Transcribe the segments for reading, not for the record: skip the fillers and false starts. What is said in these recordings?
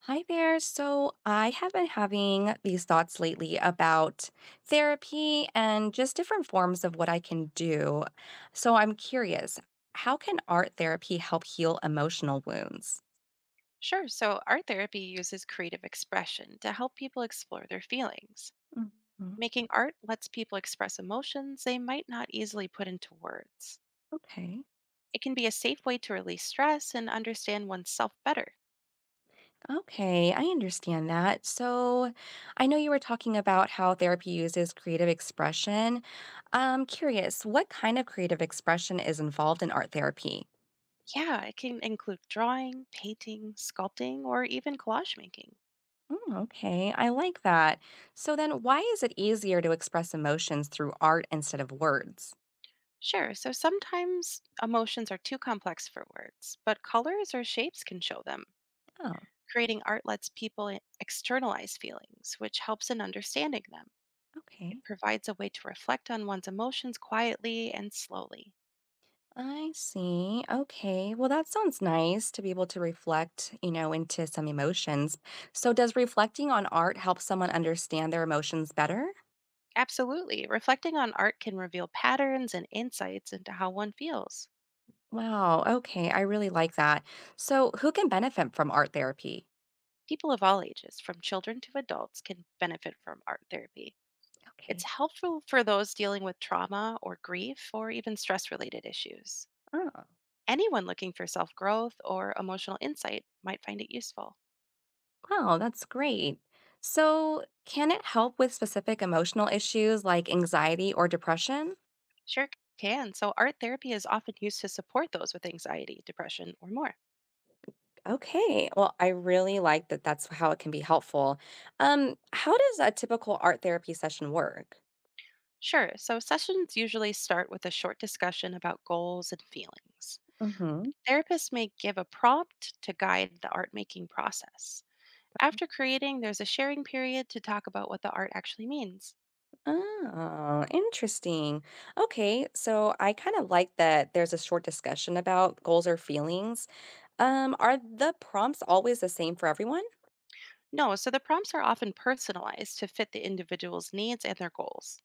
Hi there. So I have been having these thoughts lately about therapy and just different forms of what I can do. So I'm curious, how can art therapy help heal emotional wounds? Sure. So, art therapy uses creative expression to help people explore their feelings. Mhm. Making art lets people express emotions they might not easily put into words. Okay. It can be a safe way to release stress and understand oneself better. Okay, I understand that. So I know you were talking about how therapy uses creative expression. I'm curious, what kind of creative expression is involved in art therapy? Yeah, it can include drawing, painting, sculpting, or even collage making. Mm, okay, I like that. So then, why is it easier to express emotions through art instead of words? Sure, so sometimes emotions are too complex for words, but colors or shapes can show them. Oh, Creating art lets people externalize feelings, which helps in understanding them. It okay. provides a way to reflect on one's emotions quietly and slowly. I see. Okay. Well, that sounds nice to be able to reflect, into some emotions. So, does reflecting on art help someone understand their emotions better? Absolutely. Reflecting on art can reveal patterns and insights into how one feels. Wow. Okay. I really like that. So, who can benefit from art therapy? People of all ages, from children to adults, can benefit from art therapy. Okay. It's helpful for those dealing with trauma or grief or even stress related issues. Oh. Anyone looking for self growth or emotional insight might find it useful. Wow, that's great. So, can it help with specific emotional issues like anxiety or depression? Sure can. So, art therapy is often used to support those with anxiety, depression, or more. Okay, well, I really like that that's how it can be helpful. How does a typical art therapy session work? Sure. So sessions usually start with a short discussion about goals and feelings. Hmm. Therapists may give a prompt to guide the art making process. After creating, there's a sharing period to talk about what the art actually means. Oh, interesting. Okay, so I kind of like that there's a short discussion about goals or feelings. Are the prompts always the same for everyone? No, so the prompts are often personalized to fit the individual's needs and their goals.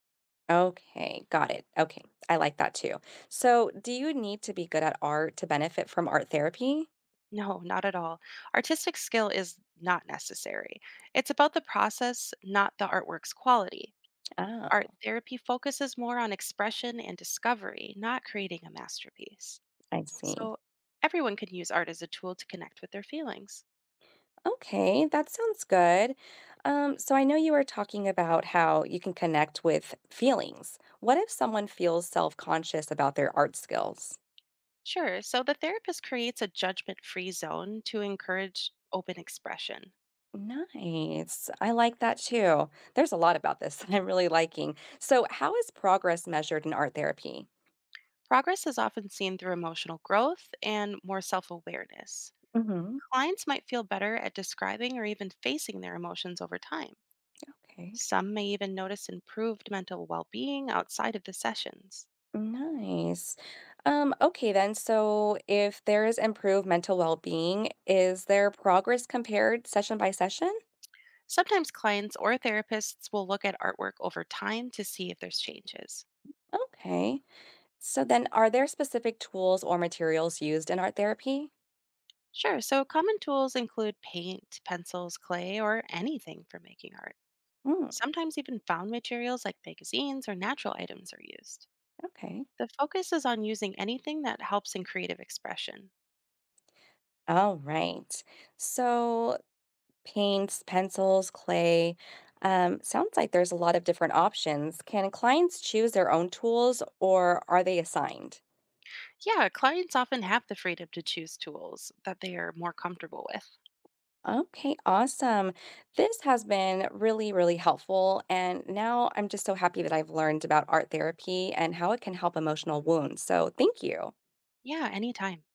Okay, got it. Okay, I like that too. So, do you need to be good at art to benefit from art therapy? No, not at all. Artistic skill is not necessary. It's about the process, not the artwork's quality. Oh, Art therapy focuses more on expression and discovery, not creating a masterpiece. I see. So everyone can use art as a tool to connect with their feelings. Okay, that sounds good. I know you were talking about how you can connect with feelings. What if someone feels self conscious about their art skills? Sure. So the therapist creates a judgment free zone to encourage open expression. Nice. I like that too. There's a lot about this that I'm really liking. So, how is progress measured in art therapy? Progress is often seen through emotional growth and more self awareness. Mm-hmm. Clients might feel better at describing or even facing their emotions over time. Okay. Some may even notice improved mental well being outside of the sessions. Nice. Okay then. So if there is improved mental well-being, is there progress compared session by session? Sometimes clients or therapists will look at artwork over time to see if there's changes. Okay. So then are there specific tools or materials used in art therapy? Sure. So common tools include paint, pencils, clay, or anything for making art. Hmm, Sometimes even found materials like magazines or natural items are used. okay. The focus is on using anything that helps in creative expression. All right. So paints, pencils, clay. Sounds like there's a lot of different options. Can clients choose their own tools or are they assigned? Yeah, clients often have the freedom to choose tools that they are more comfortable with. Okay, awesome. This has been really, really helpful. And now I'm just so happy that I've learned about art therapy and how it can help emotional wounds. So thank you. Yeah, anytime.